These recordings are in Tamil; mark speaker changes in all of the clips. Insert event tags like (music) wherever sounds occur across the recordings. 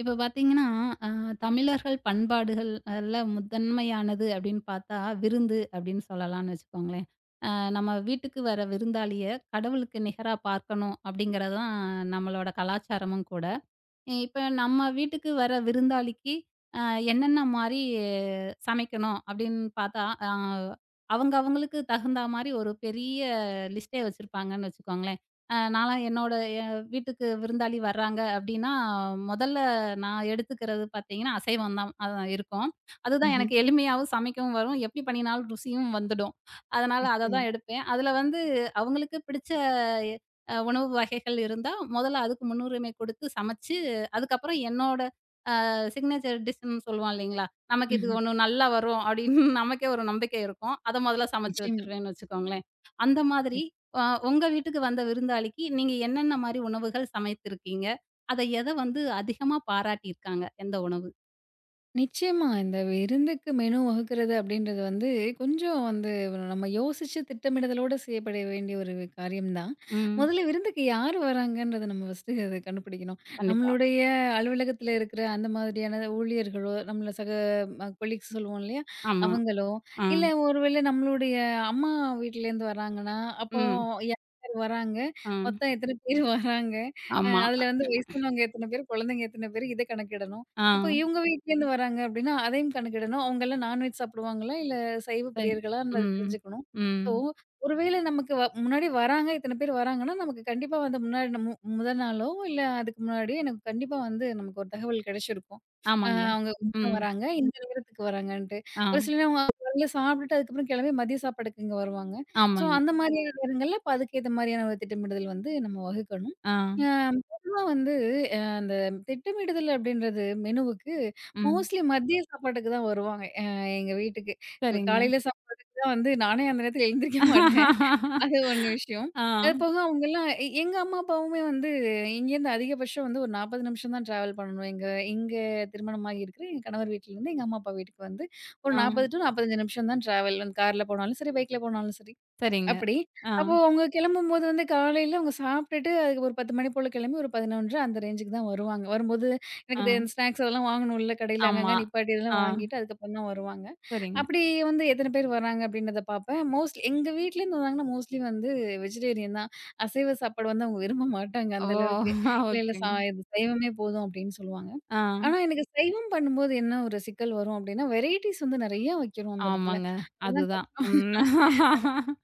Speaker 1: இப்ப பார்த்தீங்கன்னா, அ தமிழர்கள் பண்பாடுகள் அல்ல முதன்மையானது அப்படின்னு பார்த்தா, விருந்து அப்படின்னு சொல்லலாம்னு வச்சுக்கோங்களேன். அ நம்ம வீட்டுக்கு வர விருந்தாளிய கடவுளுக்கு நிகரா பார்க்கணும் அப்படிங்கிறது தான் நம்மளோட கலாச்சாரமும் கூட. இப்ப நம்ம வீட்டுக்கு வர விருந்தாளிக்கு அ என்னென்ன மாரி சமைக்கணும் அப்படின்னு பார்த்தா, அவங்க அவங்களுக்கு தகுந்தா மாரி ஒரு பெரிய லிஸ்ட்டே வச்சிருப்பாங்கன்னு வச்சுக்கோங்களேன். நான்லாம் என்னோட எ வீட்டுக்கு விருந்தாளி வர்றாங்க அப்படின்னா, முதல்ல நான் எடுத்துக்கிறது பார்த்தீங்கன்னா, அசைவம் தான் இருக்கும். அதுதான்
Speaker 2: Мгм.
Speaker 1: எனக்கு எளிமையாவும் சமைக்கவும் வரும். எப்படி பண்ணினாலும் ருசியும் வந்துடும். அதனால அத
Speaker 2: நிச்சயமா.
Speaker 1: தான் எடுப்பேன். அதுல வந்து அவங்களுக்கு பிடிச்ச எ உணவு வகைகள் இருந்தா, முதல்ல அதுக்கு முன்னுரிமை கொடுத்து சமைச்சு அதுக்கப்புறம் என்னோட சிக்னேச்சர் டிஷ்ன்னு சொல்லுவோம் இல்லைங்களா? நமக்கு இது
Speaker 2: ம்ஹ்ம்.
Speaker 1: ஒண்ணு நல்லா வரும் அப்படின்னு (laughs) நமக்கே ஒரு நம்பிக்கை இருக்கும். அத முதல்ல சமைச்சு
Speaker 2: நிச்சயமா.
Speaker 1: வச்சுருவேன்னு வச்சுக்கோங்களேன். அந்த மாதிரி அ உங்க வீட்டுக்கு வந்த விருந்தாளிக்கு நீங்க என்னென்ன மாரி உணவுகள் சமைத்திருக்கீங்க? அத எத வந்து அதிகமா பாராட்டியிருக்காங்க? எந்த உணவு?
Speaker 2: நிச்சயமா. இந்த விருந்துக்கு மெனு வகுக்கிறது அப்படின்றது வந்து, கொஞ்சம் வந்து நம்ம யோசிச்சு திட்டமிடுதலோட செய்யப்பட வேண்டிய ஒரு காரியம் தான்.
Speaker 1: ம்.
Speaker 2: முதல்ல விருந்துக்கு யார் வராங்கன்றத நம்ம ஃபர்ஸ்ட்டு அத கண்டுபிடிக்கணும்.
Speaker 1: கண்டிப்பா.
Speaker 2: நம்மளுடைய அலுவலகத்தில இருக்கிற அந்த மாதிரியான ஊழியர்களோ, நம்மள சக கொலீக்ஸ் சொல்லுவோம் இல்லையா?
Speaker 1: ஆமா.
Speaker 2: அவங்களோ,
Speaker 1: ஆ.
Speaker 2: இல்ல ஒருவேளை நம்மளுடைய அம்மா வீட்லேருந்து வராங்கன்னா, அப்போ
Speaker 1: ம்.
Speaker 2: யார் யார் வராங்க?
Speaker 1: ஆ.
Speaker 2: மொத்தம் எத்தன பேர் வராங்க?
Speaker 1: ஆமா.
Speaker 2: அதில வந்து வயசானவங்க எத்தன பேர்? குழந்தைங்க எத்தன பேர்? இத கணக்கிடணும்.
Speaker 1: ஆ.
Speaker 2: இப்போ இவங்க வீட்லேருந்து வராங்க அப்படின்னா, அதையும் கணக்கிடணும். அவங்கலாம் நான்வெஜ் சாப்பிடுவாங்களா? இல்ல சைவ
Speaker 1: சரி.
Speaker 2: பிரியர்களான்றத
Speaker 1: ம்.
Speaker 2: தெரிஞ்சுக்கணும்.
Speaker 1: ம்.
Speaker 2: ஸோ, ஒரு வேளை நமக்கு முன்னாடி வராங்க, இத்தன பேர் வராங்கன்னா, நமக்கு கண்டிப்பா வந்து முன்னாடி நம்ம முதல் நாளோ, இல்ல அதுக்கு முன்னாடியோ எனக்கு கண்டிப்பா வந்து நமக்கு ஒரு தகவல் கிடைச்சிருக்கும்.
Speaker 1: ஆமாங்க.
Speaker 2: அவங்க இங்கலாம்
Speaker 1: ம்.
Speaker 2: வராங்க, இந்த நேரத்துக்கு வராங்கன்ட்டு.
Speaker 1: ஆ.
Speaker 2: ஒரு சிலவங்க காலைல சாப்பிட்டுட்டு அதுக்கப்புறம் கிளம்பி மதிய சாப்பாடுக்கு இங்க வருவாங்க. ஸோ,
Speaker 1: ஆமாங்க.
Speaker 2: அந்த மாதிரியான நேரங்கள்ல, அப்ப அதுக்கேத்த மாதிரியான ஒரு திட்டமிடுதல் வந்து நம்ம வகுக்கணும்.
Speaker 1: ஆ.
Speaker 2: அ பொதுவா வந்து அந்த திட்டமிடுதல் அப்படின்றது மெனுவுக்கு
Speaker 1: ம்.
Speaker 2: மோஸ்ட்லி மதிய சாப்பாட்டுக்கு தான் வருவாங்க. எங்க வீட்டுக்கு.
Speaker 1: சரிங்க.
Speaker 2: காலையில சாப்பாட்டுக்கு தான் வந்து நானே அந்த நேரத்துல எழுந்திரிக்க மாட்டேன். அது
Speaker 1: (laughs)
Speaker 2: 1 விஷயம்.
Speaker 1: ஆ.
Speaker 2: அது போக அவங்கலாம் எங்க அம்மா, அப்பாவுமே வந்து இங்கேருந்து அதிகபட்சம் வந்து ஒரு 40 நிமிஷம் தான் ட்ராவல் பண்ணணும். எங்க இங்க திருமணமாகி இருக்கிற என் கணவர் வீட்லருந்து எங்க அம்மா, அப்பா வீட்டுக்கு வந்து ஒரு
Speaker 1: ஆ.
Speaker 2: 40 டூ 45 நிமிஷம் தான் ட்ராவல். வந்து கார்ல போனாலும் சரி, பைக்ல போனாலும் சரி.
Speaker 1: சரிங்க.
Speaker 2: அப்படி.
Speaker 1: ஆ,
Speaker 2: அப்போ அவங்க கிளம்பும்போது வந்து காலையில அவங்க சாப்பிட்டுட்டு, அதுக்கு ஒரு 10 மணி போல கிளம்பி ஒரு 11:30 அந்த ரேஞ்சுக்கு தான் வருவாங்க. வரும்போது எனக்கு
Speaker 1: ஆ,
Speaker 2: இது ஸ்நாக்ஸ் அதெல்லாம் வாங்கணும்ல கடையில அங்கங்க
Speaker 1: ஆமா.
Speaker 2: நிப்பாட்டி இதெல்லாம்
Speaker 1: ஆ,
Speaker 2: வாங்கிட்டு அதுக்கப்புறம் தான் வருவாங்க.
Speaker 1: சரிங்க.
Speaker 2: அப்படி வந்து எத்தன பேர் வராங்க அப்படின்றத பார்ப்பேன். மோஸ்ட்லி எங்க வீட்லருந்து வந்தாங்கன்னா மோஸ்ட்லி வந்து வெஜிடேரியன் தான். அசைவ சாப்பாடு வந்து அவங்க விரும்ப மாட்டாங்க
Speaker 1: ஓ!
Speaker 2: அந்த அளவுக்கு.
Speaker 1: (laughs)
Speaker 2: இல்ல இல்ல
Speaker 1: ஓகேங்க.
Speaker 2: இது சைவமே போதும் அப்படின்னு சொல்லுவாங்க.
Speaker 1: ஆ,
Speaker 2: ஆனா எனக்கு சைவம் பண்ணும்போது என்ன ஒரு சிக்கல் வரும் அப்படின்னா, வெரைட்டிஸ் வந்து நெறைய வைக்கணும் அந்த இடத்துல.
Speaker 1: ஆமாங்க.
Speaker 2: அதுதான்
Speaker 1: அதுதான். ம்.
Speaker 2: கஷ்டம்.
Speaker 1: (laughs)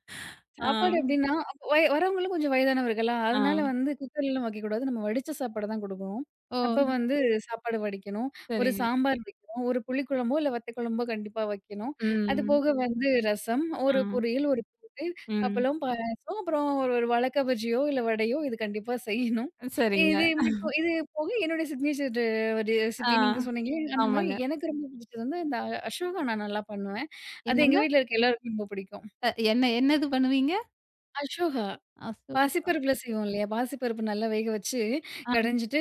Speaker 1: ஆ,
Speaker 2: சாப்பாடு எப்படின்னா, அப்ப வரவங்களும் கொஞ்சம் வயதானவர்களா,
Speaker 1: ஆ.
Speaker 2: அதனால வந்து குக்கர்லலாம் வைக்கக்கூடாது. நம்ம வடிச்ச சாப்பாடு தான் குடுக்கணும்.
Speaker 1: ஓ!
Speaker 2: அப்ப வந்து சாப்பாடு வடிக்கணும். ஒரு
Speaker 1: சரிங்க.
Speaker 2: சாம்பார் வைக்கணும். ஒரு புளிக்குழம்போ, இல்ல வத்த குழம்போ கண்டிப்பா வைக்கணும். அது
Speaker 1: ம்.
Speaker 2: போக வந்து ரசம்,
Speaker 1: ஆ,
Speaker 2: ஒரு பொரியல், ஒரு கூட்டு,
Speaker 1: ம்.
Speaker 2: அப்பளம், பாயாசம், அப்புறம் ஒரு ஒரு வழக்கா பஜ்ஜியோ, இல்ல வடையோ இது கண்டிப்பா செய்யணும்.
Speaker 1: சரிங்க.
Speaker 2: இது மட்டும் இது போக என்னுடைய சிக்னேச்சர்
Speaker 1: ஆ,
Speaker 2: ரெசிபி நீங்க சொன்னீங்க. அந்த மாரி
Speaker 1: ஆமாங்க.
Speaker 2: எனக்கு ரொம்ப பிடிச்சது வந்து இந்த அசோகா நான் நல்லா பண்ணுவேன். அது எங்க
Speaker 1: என்னங்க?
Speaker 2: வீட்ல இருக்க எல்லாருக்கும் ரொம்ப பிடிக்கும்.
Speaker 1: என்ன என்ன இது பண்ணுவீங்க?
Speaker 2: அசோகா.
Speaker 1: அசோகா.
Speaker 2: பாசிப்பருப்புல செய்வோம் இல்லையா? பாசிப்பருப்பு நல்லா வேக வச்சு,
Speaker 1: ஆ
Speaker 2: கடைஞ்சிட்டு,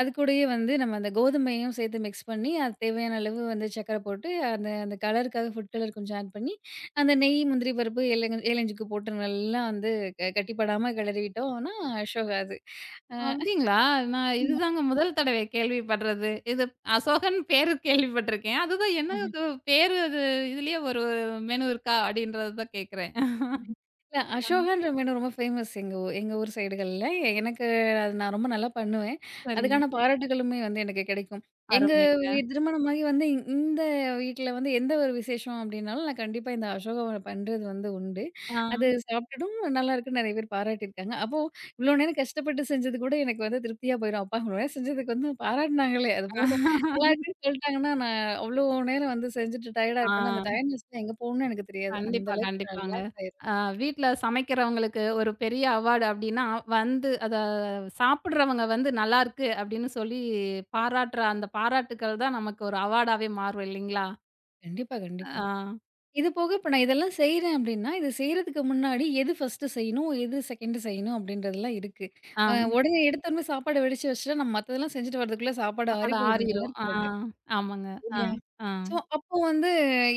Speaker 2: அதுக்கூடயே வந்து நம்ம அந்த கோதுமையும் சேர்த்து மிக்ஸ் பண்ணி, அது தேவையான அளவு வந்து சர்க்கரை போட்டு, அந்த அந்த கலருக்காக ஃபுட் கலர் கொஞ்சம் ஆட் பண்ணி, அந்த நெய், முந்திரி பருப்பு, ஏலஞ்சுக்கு போட்டு நல்லா வந்து கட்டிப்படாம கிளறிட்டோம்னா, ஷோகாது.
Speaker 1: அப்டிங்களா? நான் இதுதாங்க முதல் தடவை கேள்விப்படுறது. இது அசோகன் பேரு கேள்விப்பட்டுருக்கேன். அதுதான் என்ன இது பேரு அது இதுலயே ஒரு மெனு இருக்கா? அப்டின்றத தான் கேட்கிறேன்.
Speaker 2: இல்ல
Speaker 1: ஆ,
Speaker 2: அசோகான்ற மீனு ரொம்ப ஃபேமஸ் எங்க ஊர் சைடுகள்ல. எனக்கு அது நான் ரொம்ப நல்லா பண்ணுவேன்.
Speaker 1: சரிங்க.
Speaker 2: அதுக்கான பாராட்டுகளுமே வந்து எனக்கு கிடைக்கும். எங்க
Speaker 1: அருமைங்க.
Speaker 2: திருமணமாகி வந்து இந்த வீட்ல வந்து எந்த ஒரு விசேஷம் அப்டின்னாலும், நான் கண்டிப்பா இந்த அசோகாவ பண்றது வந்து உண்டு.
Speaker 1: ஆ.
Speaker 2: அது சாப்ட்டுட்டும் நல்லாயிருக்குன்னு நெறைய பேர் பாராட்டியிருக்காங்க. அப்போ இவ்ளோ நேரம் கஷ்டப்பட்டு செஞ்சது கூட எனக்கு வந்து திருப்தியா போயிரும். அப்பா இவ்ளோ நேரம் செஞ்சதுக்கு வந்து பாராட்டுனாங்களே அது போதும். நல்லாருக்குன்னு சொல்ட்டாங்கன்னா, நான் அவ்ளோ நேரம் வந்து செஞ்சுட்டு டயர்டா
Speaker 1: ஆ.
Speaker 2: இருப்பேன்ல, அந்த டயர்ட்னஸ்லாம் எங்க போகும்னு எனக்கு தெரியாது. அந்த
Speaker 1: கண்டிப்பா,
Speaker 2: அளவுக்கு நான்
Speaker 1: கண்டிப்பாங்க.
Speaker 2: ரிலாக்ஸ் ஆயிருவேன்.
Speaker 1: ஆ வீட்ல சமைக்கிறவங்களுக்கு ஒரு பெரிய அவார்டு அப்டின்னா, வந்து அத சாப்பிடுறவங்க வந்து நல்லாருக்கு அப்டின்னு சொல்லி பாராட்டுற அந்த பாராட்டுக்கள் தான் நமக்கு ஒரு அவார்டாவே மாறும் இல்லைங்களா?
Speaker 2: கண்டிப்பா, கண்டிப்பா.
Speaker 1: ஆ,
Speaker 2: இது போக இப்ப நான் இதெல்லாம் செய்றேன் அப்டின்னா, இது செய்றதுக்கு முன்னாடி எது ஃபர்ஸ்ட்டு செய்யணும்? எது செகண்டு செய்யணும்? அப்டின்றதெல்லாம் இருக்கு. அ
Speaker 1: ஆ.
Speaker 2: உடனே எடுத்தோனே சாப்பாடு வடிச்சு வச்சுட்டா, நம்ம மத்ததெல்லாம் செஞ்சுட்டு வரதுக்குள்ள சாப்பாடு ஆறி
Speaker 1: சாப்பாடு
Speaker 2: போயிடும். நல்லா
Speaker 1: ஆறிரும். ஆ,
Speaker 2: இருக்காது.
Speaker 1: ஆமாங்க. ஆ,
Speaker 2: இல்லையா?
Speaker 1: ஆ,
Speaker 2: ஸோ, அப்போ வந்து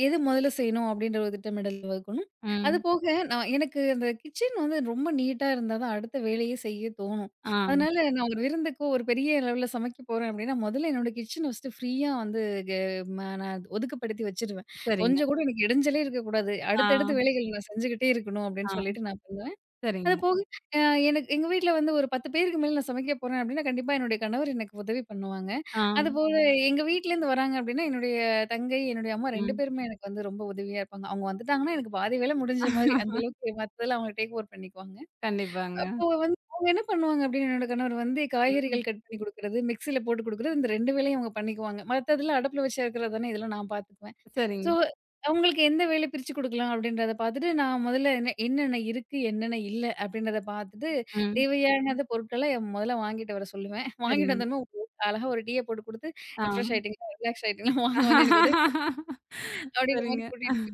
Speaker 2: எது முதல்ல செய்யணும் அப்படின்ற ஒரு திட்டமிடல் வகுக்கணும்.
Speaker 1: ம்.
Speaker 2: அதுபோக நான் எனக்கு அந்த கிச்சன் வந்து ரொம்ப நீட்டா இருந்தா தான் அடுத்த வேலையே செய்ய தோணும்.
Speaker 1: ஆ,
Speaker 2: அதனால நான் ஒரு விருந்துக்கோ, ஒரு பெரிய லெவல்ல சமைக்க போறேன் அப்படின்னா, முதல்ல என்னோட கிச்சன ஃபர்ஸ்ட்டு ஃப்ரீயா வந்து கெ ம நான் ஒதுக்குப்படுத்தி வச்சுருவேன்.
Speaker 1: சரிங்க.
Speaker 2: கொஞ்சம் கூட எனக்கு இடைஞ்சலே இருக்கக்கூடாது.
Speaker 1: ஆ,
Speaker 2: அடுத்தடுத்த வேலைகள் நான் செஞ்சுகிட்டே இருக்கணும் அப்படின்னு
Speaker 1: ஆ,
Speaker 2: சொல்லிட்டு நான் அது
Speaker 1: சரிங்க.
Speaker 2: போக அ எனக்கு எங்க வீட்ல வந்து ஒரு 10 பேருக்கு மேல நான் சமைக்க போறேன் அப்டின்னா, கண்டிப்பா என்னுடைய கணவர் எனக்கு உதவி பண்ணுவாங்க.
Speaker 1: ஆ,
Speaker 2: அதுபோக ம். எங்க வீட்லேருந்து வராங்க அப்டின்னா, என்னுடைய தங்கை, என்னுடைய அம்மா 2
Speaker 1: ம்.
Speaker 2: பேருமே எனக்கு வந்து ரொம்ப உதவியா இருப்பாங்க. அவங்க வந்துட்டாங்கன்னா, எனக்கு பாதி வேல முடிஞ்ச மாரி அந்த அளவுக்கு மத்ததெல்லாம் அவங்க டேக் ஓவர் பண்ணிக்குவாங்க.
Speaker 1: கண்டிப்பாங்க.
Speaker 2: அப்போ வந்து அவங்க என்ன பண்ணுவாங்க அப்டின்னா, என்னோட கணவர் வந்து
Speaker 1: ம்.
Speaker 2: காய்கறிகள் கட் பண்ணி குடுக்குறது, மிக்ஸில போட்டு குடுக்குறது இந்த 2 வேலையும் அவங்க பண்ணிக்குவாங்க. மத்ததெல்லாம் அடுப்புல வச்சு அறுக்குறது தானே இதெல்லாம் நான் பாத்துக்குவேன். சோ,
Speaker 1: சரிங்க.
Speaker 2: அவங்களுக்கு எந்த வேலை பிரிச்சு குடுக்கலாம் அப்படின்றத பார்த்துட்டு, நான் முதல்ல என்ன என்னென்ன இருக்கு, என்னென்ன இல்ல அப்படின்றத பார்த்துட்டு,
Speaker 1: ம்.
Speaker 2: தேவையானத பொருட்கள முதல்ல வாங்கிட்டு வர சொல்லுவேன். வாங்கிட்டு
Speaker 1: சரிங்க.
Speaker 2: வந்தோனே அழகா ஒரு டீய போட்டு குடுத்து, "ரெஃப்ரெஷ்
Speaker 1: ஆ.
Speaker 2: ஆயிட்டீங்களா? ரிலாக்ஸ் ஆயிட்டீங்களா? வாங்க வந்து எனக்கு உதவி"
Speaker 1: (laughs)
Speaker 2: அப்படிங்கிற மாரி
Speaker 1: சரிங்க.
Speaker 2: கூட்டிட்டு போயிட்டு,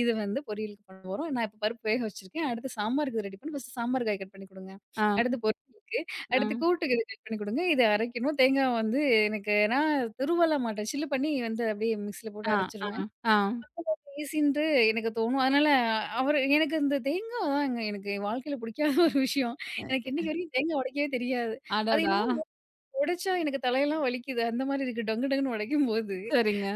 Speaker 2: "இது வந்து பொரியலுக்கு பண்ண போறோம். நான் இப்ப பருப்பு வேக வச்சிருக்கேன். அடுத்து சாம்பாருக்கு ரெடி பண்ணு. ஃபர்ஸ்ட்டு சாம்பார் காய் கட் பண்ணி குடுங்க.
Speaker 1: ஆ,
Speaker 2: அடுத்து பொரியலுக்கு,
Speaker 1: ஆ,
Speaker 2: அடுத்து கூட்டுக்கு இது கட் பண்ணி குடுங்க. இத அரைக்கணும். தேங்காய் வந்து எனக்கு நான் துருவலாம் மாட்டேன். சில்லு பண்ணி வந்து அப்படியே மிக்ஸில போட்டு
Speaker 1: ஆ, ஆ,
Speaker 2: அரைச்சுருவேன்."
Speaker 1: ஆ.
Speaker 2: ஈஸின்ட்டு எனக்கு தோணும். அதனால அவரு எனக்கு இந்த தேங்கா தாங்க எனக்கு என் வாழ்க்கையில பிடிக்காத ஒரு விஷயம். எனக்கு இன்னைக்கு வரைக்கும் தேங்கா உடைக்கவே தெரியாது. அது
Speaker 1: அடடா!
Speaker 2: என்னமோ உடைச்சா எனக்கு தலையெல்லாம் வலிக்குது. அந்த மாரி இருக்கு டங்கு டங்குன்னு உடைக்கும்போது.
Speaker 1: சரிங்க.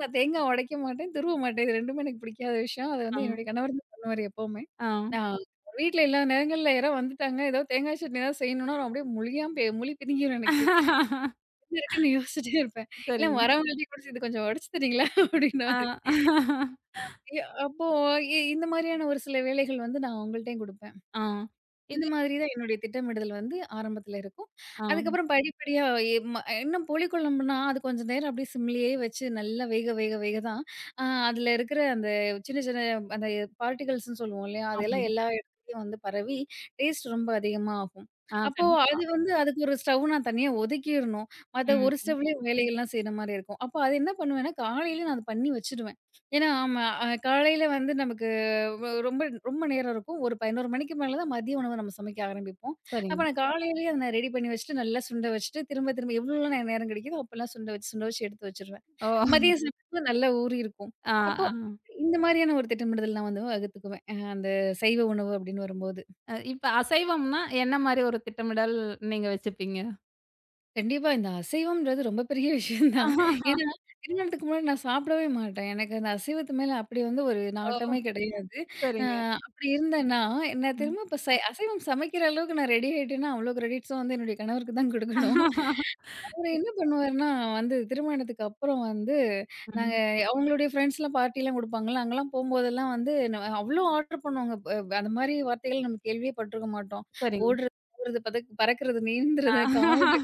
Speaker 2: நான் தேங்கா உடைக்க மாட்டேன், துருவ மாட்டேன். இது 2மே எனக்கு பிடிக்காத விஷயம். அத
Speaker 1: ஆ,
Speaker 2: வந்து என்னுடைய கணவர் தான் பண்ணுவாரு எப்பவுமே.
Speaker 1: ஆ.
Speaker 2: நான் வீட்ல எல்லா நேரங்கள்ல யாரோ வந்துட்டாங்க, ஏதோ தேங்காய் சட்னி ஏதாவது செய்யணும்னா நான் அப்படியே மொழி பிதுங்கிரும் எனக்கு. என்ன இருக்குன்னு யோசிச்சுட்டே இருப்பேன். இல்ல
Speaker 1: சரிங்க.
Speaker 2: வரவங்கள்ட்டயும் கூட "இது கொஞ்சம் உடைச்சு தரீங்களா?" அப்படின்னா
Speaker 1: ஆ,
Speaker 2: அப்போ இந்த மாதிரியான ஒரு சில வேலைகள் வந்து நான் அவங்கள்ட்டயும் குடுப்பேன்.
Speaker 1: ஆ.
Speaker 2: இந்த
Speaker 1: இது
Speaker 2: மாதிரி தான் என்னுடைய திட்டமிடுதல் வந்து ஆரம்பத்துல இருக்கும்.
Speaker 1: ஆ,
Speaker 2: அதுக்கப்புறம் படிப்படியா எ ம இன்னும் புளிக்குழம்புனா, அது கொஞ்சம் நேரம் அப்படியே சிம்லயே வச்சு நல்லா வேக வேக வேக தான் அதில இருக்கிற அந்த சின்ன சின்ன அந்த பார்ட்டிகல்ஸ்ன்னு சொல்லுவோம் இல்லையா? அதெல்லாம்
Speaker 1: ஆமாங்க.
Speaker 2: எல்லா இடத்துலயும் வந்து பரவி டேஸ்ட் ரொம்ப அதிகமா ஆகும்.
Speaker 1: ஆ,
Speaker 2: அப்போ
Speaker 1: கண்டிப்பா.
Speaker 2: அது வந்து அதுக்கு ஒரு ஸ்டவ் நான் தனியா ஒதுக்கிரணும். மத்த ஒரு
Speaker 1: ம்.
Speaker 2: ஸ்டவ்லயே வேலைகள்லாம் செய்ற மாரி இருக்கும். அப்போ அது என்ன பண்ணுவேன்னா, காலையில நான் அத பண்ணி வச்சுடுவேன். ஏன்னா ஆமா காலையில வந்து நமக்கு ரொம்ப ரொம்ப நேரம் இருக்கும். ஒரு 11 மணிக்கு மேல தான் மதிய உணவு நம்ம சமைக்க ஆரம்பிப்போம். அப்ப
Speaker 1: சரிங்க.
Speaker 2: நான் காலையிலேயே அத நான் ரெடி பண்ணி வச்சுட்டு, நல்லா சுண்ட வச்சுட்டு, திரும்ப திரும்ப எவ்வளோலாம் நேரம் கிடைக்குதோ அப்பலாம் சுண்ட வச்சு, சுண்ட வச்சு எடுத்து வச்சுருவேன்.
Speaker 1: ஓ!
Speaker 2: மதியம் சாப்பிடும்போது நல்லா ஊறி இருக்கும்.
Speaker 1: ஆ,
Speaker 2: அப்போ
Speaker 1: ஆ.
Speaker 2: இந்த மாரியான ஒரு திட்டமிடுதல் நான் வந்து வகுத்துக்குவேன். அந்த சைவ உணவு அப்படின்னு வரும்போது.
Speaker 1: இப்ப அசைவம்னா என்ன மாரி ஒரு திட்டமிடல் நீங்க வச்சுப்பீங்க?
Speaker 2: கண்டிப்பா. இந்த அசைவம்ன்றது ரொம்ப பெரிய (laughs) விஷயம் தான். ஏன்னா, திருமணத்துக்கு முன்னாடி நான் சாப்பிடவே மாட்டேன். எனக்கு அந்த அசைவத்து மேல அப்படி வந்து ஒரு
Speaker 1: ஓ!
Speaker 2: நாட்டமே கிடையாது. அ
Speaker 1: சரிங்க.
Speaker 2: அப்படி இருந்தேன்னா, நான்
Speaker 1: ம்.
Speaker 2: திரும்ப இப்ப அசைவம் சமைக்கிற அளவுக்கு நான் ரெடி ஆயிட்டேன்னா, அவ்வளோ கிரெடிட்ஸும் வந்து என்னுடைய கணவருக்கு தான் குடுக்கணும். அவரு
Speaker 1: இ
Speaker 2: என்ன பண்ணுவாருன்னா, வந்து திருமணத்துக்கு அப்புறம் வந்து, நாங்க
Speaker 1: ம்.
Speaker 2: அவங்களுடைய ஃப்ரெண்ட்ஸ்லாம் பார்ட்டிலாம் குடுப்பாங்கல்ல, அங்கலாம் போம்போதெல்லாம் வந்து அவ்ளோ ஆர்டர் பண்ணுவாங்க. ப ப- அந்த மாரி வார்த்தைகள் நம்ம கேள்வியே பட்டுருக்க மாட்டோம்.
Speaker 1: சரிங்க.
Speaker 2: ஓடுறது, ஓடுறது, பறக்கிறது, நீந்துறது, காமெடி
Speaker 1: ஆ.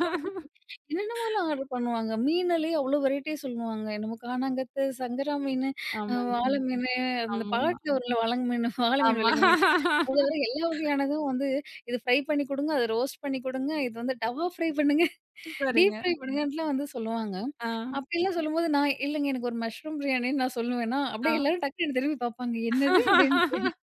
Speaker 2: என்னென்னமோலாம் ஆர்டர் பண்ணுவாங்க. மீன்லயே அவ்ளோ வெரைட்டி சொல்லுவாங்க. என்னமோ காணாங்கத்து, சங்கரா மீனு,
Speaker 1: ஆமாங்க.
Speaker 2: வாள மீனு, அந்த
Speaker 1: ஆமாமா.
Speaker 2: பாட்டுல வரும்ல வலங்கு மீனு, (laughs) வாள மீன்,
Speaker 1: ஆமா.
Speaker 2: விலங்கு மீன். அதுவர எல்லா வகையானதும் வந்து, இது ஃப்ரை பண்ணி குடுங்க, அத ரோஸ்ட் பண்ணி குடுங்க, இது வந்து டவா ஃப்ரை பண்ணுங்க.
Speaker 1: சரிங்க.
Speaker 2: டீப் ஃப்ரை பண்ணுங்கன்ட்டுலாம் வந்து சொல்லுவாங்க.
Speaker 1: ஆ,
Speaker 2: அப்படிலாம் சொல்லும்போது நான், "இல்லைங்க எனக்கு ஒரு மஷ்ரூம் பிரியாணின்னு" நான் சொல்லுவேனா, அப்படியே எல்லாரும் டக்குனு என்ன திரும்பி பார்ப்பாங்க. "என்னது?" அப்படின்ட்டு.
Speaker 1: ஆ.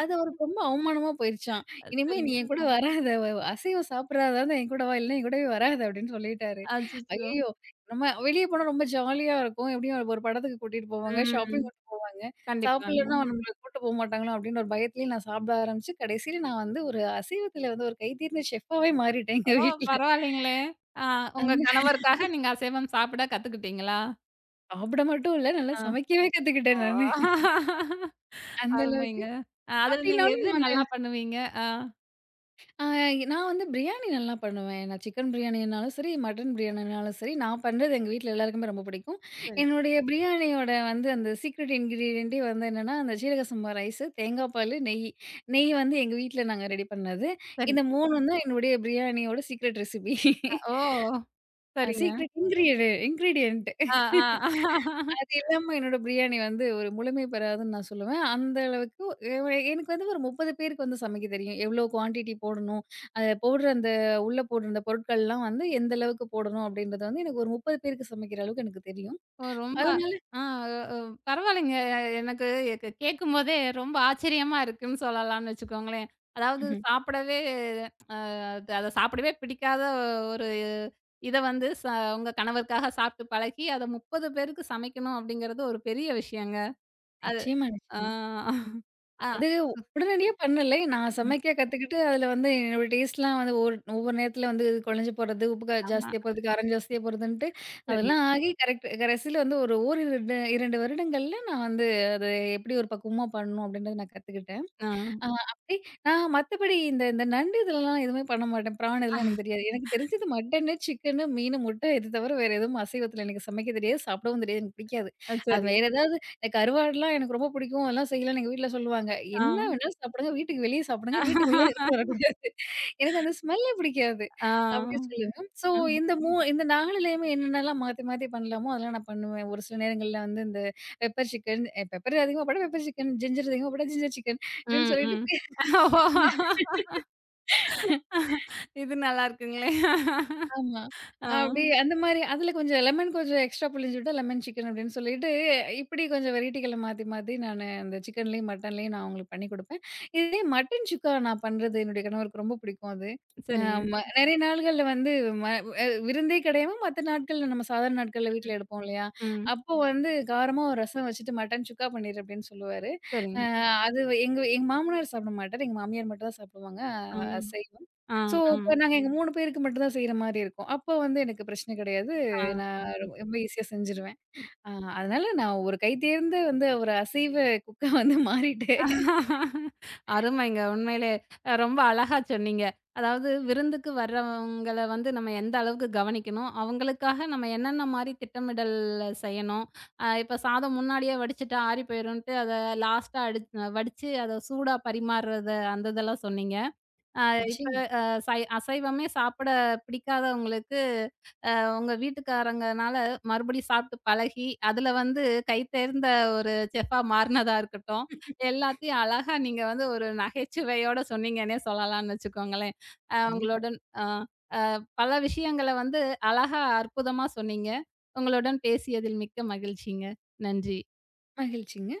Speaker 2: அது அவருக்கு ரொம்ப அவமானமா போயிருச்சாம். "இனிமே நீ
Speaker 1: சரிங்க.
Speaker 2: என் கூட வராத. அசைவம் சாப்பிடாதா இருந்தா என் கூட வா. இல்லைன்னா என் கூடவே வராத" அப்படின்னு சொல்லிட்டாரு.
Speaker 1: அச்சச்சோ!
Speaker 2: ஐயய்யோ! நம்ம வெளிய போனா ரொம்ப ஜாலியா இருக்கும். எப்படியும் ஒரு படத்துக்கு கூட்டிட்டு போவாங்க,
Speaker 1: ம்.
Speaker 2: ஷாப்பிங் கூட்டிட்டு போவாங்க. சாப்பிடலன்னா
Speaker 1: கண்டிப்பாங்க.
Speaker 2: நம்மள கூட்டு போ மாட்டாங்களோ அப்படின்னு ஒரு பயத்திலேயே நான் சாப்பிட ஆரம்பிச்சு, கடைசியில நான் வந்து ஒரு அசைவத்தில வந்து ஒரு கை தேர்ந்த செஃப்பாவே மாறிட்டேன் எங்க
Speaker 1: ஓ!
Speaker 2: வீட்ல.
Speaker 1: பரவாயில்லைங்களே! ஆ உங்க கணவருக்காக நீங்க அசைவம் சாப்பிட கத்துக்கிட்டீங்களா?
Speaker 2: சாப்பிட மட்டும் இல்ல, நல்லா
Speaker 1: ஆ.
Speaker 2: சமைக்கவே
Speaker 1: ஓ!
Speaker 2: கத்துக்கிட்டேன் நானு. அந்த அளவுக்கு.
Speaker 1: அருமைங்க. அதுல நீங்க
Speaker 2: அப்படின்னாலும்
Speaker 1: எது
Speaker 2: நானு
Speaker 1: நல்லா பண்ணுவீங்க? ஆ.
Speaker 2: அ நான் வந்து பிரியாணி நல்லா பண்ணுவேன். நான் சிக்கன் பிரியாணினாலும் சரி, மட்டன் பிரியாணினாலும் சரி, நான் பண்றது எங்க வீட்ல எல்லாருக்குமே ரொம்ப பிடிக்கும்.
Speaker 1: சரி.
Speaker 2: என்னுடைய பிரியாணியோட வந்து அந்த சீக்ரெட் இன்கிரீடியன்ட்டே வந்து என்னன்னா, அந்த சீரக சம்பா ரைஸு, தேங்காய் பாலு, நெய். நெய் வந்து எங்க வீட்ல நாங்க ரெடி பண்ணது.
Speaker 1: சரி.
Speaker 2: இந்த 3ம் தான் என்னுடைய பிரியாணியோட சீக்ரெட் ரெசிபி. (laughs)
Speaker 1: ஓ! சரிங்க.
Speaker 2: Secret ingredient.
Speaker 1: ஆ, ஆ.
Speaker 2: அது இல்லாம என்னோட பிரியாணி வந்து ஒரு முழுமை பெறாதுன்னு நான் சொல்லுவேன். அந்த அளவுக்கு எ எனக்கு வந்து ஒரு 30 பேருக்கு வந்து சமைக்க தெரியும். எவ்ளோ குவான்டிட்டி போடணும், அத போடுற அந்த உள்ள போடுற அந்த பொருட்கள்லாம் வந்து எந்த அளவுக்கு போடணும் அப்படின்றது வந்து எனக்கு ஒரு 30 பேருக்கு சமைக்கிற அளவுக்கு எனக்கு தெரியும்.
Speaker 1: ஓ! ரொம்ப
Speaker 2: அதனால
Speaker 1: ஆ அ அ பரவாயில்லைங்க. எனக்கு எனக்கு கேட்கும்போதே ரொம்ப ஆச்சரியமா இருக்குன்னு சொல்லலாம்னு வச்சுக்கோங்களேன். அதாவது
Speaker 2: ம்ஹ்ம்.
Speaker 1: சாப்பிடவே அது அத சாப்பிடவே பிடிக்காத ஒரு இத வந்து உங்க கணவருக்காக சாப்பிட்டு பழகி, அத 30 பேருக்கு சமைக்கணும் அப்படிங்கிறது ஒரு பெரிய விஷயங்க. அது
Speaker 2: நிச்சயமா,
Speaker 1: ஆ.
Speaker 2: நிச்சயமா.
Speaker 1: ஆ.
Speaker 2: அது உடனடியா பண்ணல. நான்
Speaker 1: ம்.
Speaker 2: சமைக்க கத்துக்கிட்டு, அதில வந்து என்னோட டேஸ்ட்லாம் வந்து ஒரு ஒவ்வொரு நேரத்தில வந்து குழஞ்சு போறது, உப்பு
Speaker 1: ஆமா.
Speaker 2: ஜாஸ்தியா போறது, காரம் ஜாஸ்தியா போறதுன்ட்டு,
Speaker 1: சரிங்க.
Speaker 2: அதெல்லாம் ஆகி கரெக்ட் கடைசில வந்து ஒரு ஓரிரு 2 வருடங்கள்ல நான் வந்து அத எப்படி ஒரு பக்குவமா பண்ணணும் அப்படின்றத நான் கத்துக்கிட்டேன்.
Speaker 1: ஆ.
Speaker 2: ஆ அப்படி நான் மத்தபடி இந்த இந்த நண்டு இதெல்லாம் எதுவுமே பண்ண மாட்டேன். பிரான் இதெல்லாம் எனக்கு தெரியாது. எனக்கு தெரிஞ்சது மட்டனு, சிக்கனு, மீனு, முட்டை இது தவிர வேற எதுவும் அசைவத்தில எனக்கு சமைக்க தெரியாது. சாப்பிடவும் தெரியாது. எனக்கு பிடிக்காது. அது
Speaker 1: சரி.
Speaker 2: வேற ஏதாவது இந்த கருவாடுலாம் எனக்கு ரொம்ப பிடிக்கும். எல்லாம் செய்யலாம்னு எங்க வீட்ல சொல்லுவாங்க.
Speaker 1: ஆ.
Speaker 2: என்ன வேணாலும் சாப்பிடுங்க. வீட்டுக்கு வெளிய சாப்பிடுங்க. வீட்டுக்குள்ள எடுத்துட்டு வரக்கூடாது. எனக்கு அந்த ஸ்மெல்லே பிடிக்காது.
Speaker 1: ஆ.
Speaker 2: அப்படின்னு சொல்லுவேன். ஸோ
Speaker 1: ம்.
Speaker 2: இந்த 4லயுமே என்னென்னலாம் மாத்தி மாத்தி பண்ணலாமோ அதெல்லாம் நான் பண்ணுவேன். ஒரு சில நேரங்கள்ல வந்து இந்த பெப்பர் சிக்கன் பெப்பர் அதிகமா போட்டா பெப்பர் சிக்கன், ஜிஞ்சர் அதிகமா போட்டா ஜிஞ்சர் சிக்கன் அப்படின்னு
Speaker 1: ம்.
Speaker 2: சொல்லிட்டு
Speaker 1: ம். ஓ!
Speaker 2: (laughs) அந்த
Speaker 1: இது நல்லா இருக்குங்களே!
Speaker 2: ஆமா.
Speaker 1: ஆ.
Speaker 2: அப்படி அந்த மாரி அதில கொஞ்சம் லெமன் கொஞ்சம் எக்ஸ்ட்ரா புழிஞ்சு விட்டா லெமன் சிக்கன் அப்படின்னு சொல்லிட்டு, இப்படி கொஞ்சம் வெரைட்டிகள மாத்தி மாத்தி நானு அந்த சிக்கன்லயும், மட்டன்லயும் நான் அவங்களுக்கு பண்ணி குடுப்பேன். இதே மட்டன் சுக்கா நான் பண்றது என்னுடைய கணவருக்கு ரொம்ப பிடிக்கும் அது. அ
Speaker 1: சரிங்க.
Speaker 2: ம நெறைய நாள்கள்ல வந்து ம அ விருந்தே கிடையாம மத்த நாட்கள்ல நம்ம சாதாரண நாட்கள்ல வீட்ல எடுப்போம் இல்லையா?
Speaker 1: ம்.
Speaker 2: அப்போ வந்து காரமா ஒரு ரசம் வச்சுட்டு மட்டன் சுக்கா பண்ணிரு அப்படின்னு சொல்லுவாரு. அ
Speaker 1: சரிங்க.
Speaker 2: அது எங்க எங்க மாமனார் சாப்பிட மாட்டாரு. எங்க மாமியார் மட்டும் தான் சாப்பிடுவாங்க.
Speaker 1: ஆ.
Speaker 2: அ செய்
Speaker 1: ஆ.
Speaker 2: சோ,
Speaker 1: ஆ.
Speaker 2: இப்ப நாங்க எங்க 3 பேருக்கு மட்டும் தான் செய்ற மாரி இருக்கும். அப்போ வந்து எனக்கு பிரச்சனை கிடையாது.
Speaker 1: ஆ.
Speaker 2: நான் ரொம்ப ஈஸியா செஞ்சுருவேன். ஆ அதனால நான் ஒரு கை தேர்ந்த வந்து ஒரு அசைவ குக்கா வந்து மாறிட்டேன்.
Speaker 1: அருமைங்க. உண்மையிலே ரொம்ப அழகா சொன்னீங்க. அதாவது விருந்துக்கு வர்றவங்கள வந்து நம்ம எந்த அளவுக்கு கவனிக்கணும், அவங்களுக்காக நம்ம என்னென்ன மாரி திட்டமிடல் செய்யணும். இப்ப சாதம் முன்னாடியே வடிச்சுட்டா ஆறி போயிருன்ட்டு, அத லாஸ்ட்டா வடிச்சு அத சூடா பரிமாறுறது அந்த இதெல்லாம் சொன்னீங்க. அ இப்ப
Speaker 2: நிச்சயமா.
Speaker 1: அ சை அசைவமே சாப்பிட பிடிக்காதவங்களுக்கு அவங்க வீட்டுக்காரங்கனால மறுபடியும் சாப்பிட்டு பழகி, அதுல வந்து கை தேர்ந்த ஒரு செஃப்பா மாறுனதா இருக்கட்டும், எல்லாத்தையும் அழகா நீங்க வந்து ஒரு நகைச்சுவையோட சொன்னீங்கன்னே சொல்லலாம்னு வச்சுக்கோங்களேன். அ
Speaker 2: கண்டிப்பா.
Speaker 1: உங்களுடன் அ பல விஷயங்கள வந்து அழகா அற்புதமா சொன்னீங்க. உங்களுடன் பேசியதில் மிக்க மகிழ்ச்சிங்க. நன்றி.
Speaker 2: மகிழ்ச்சிங்க.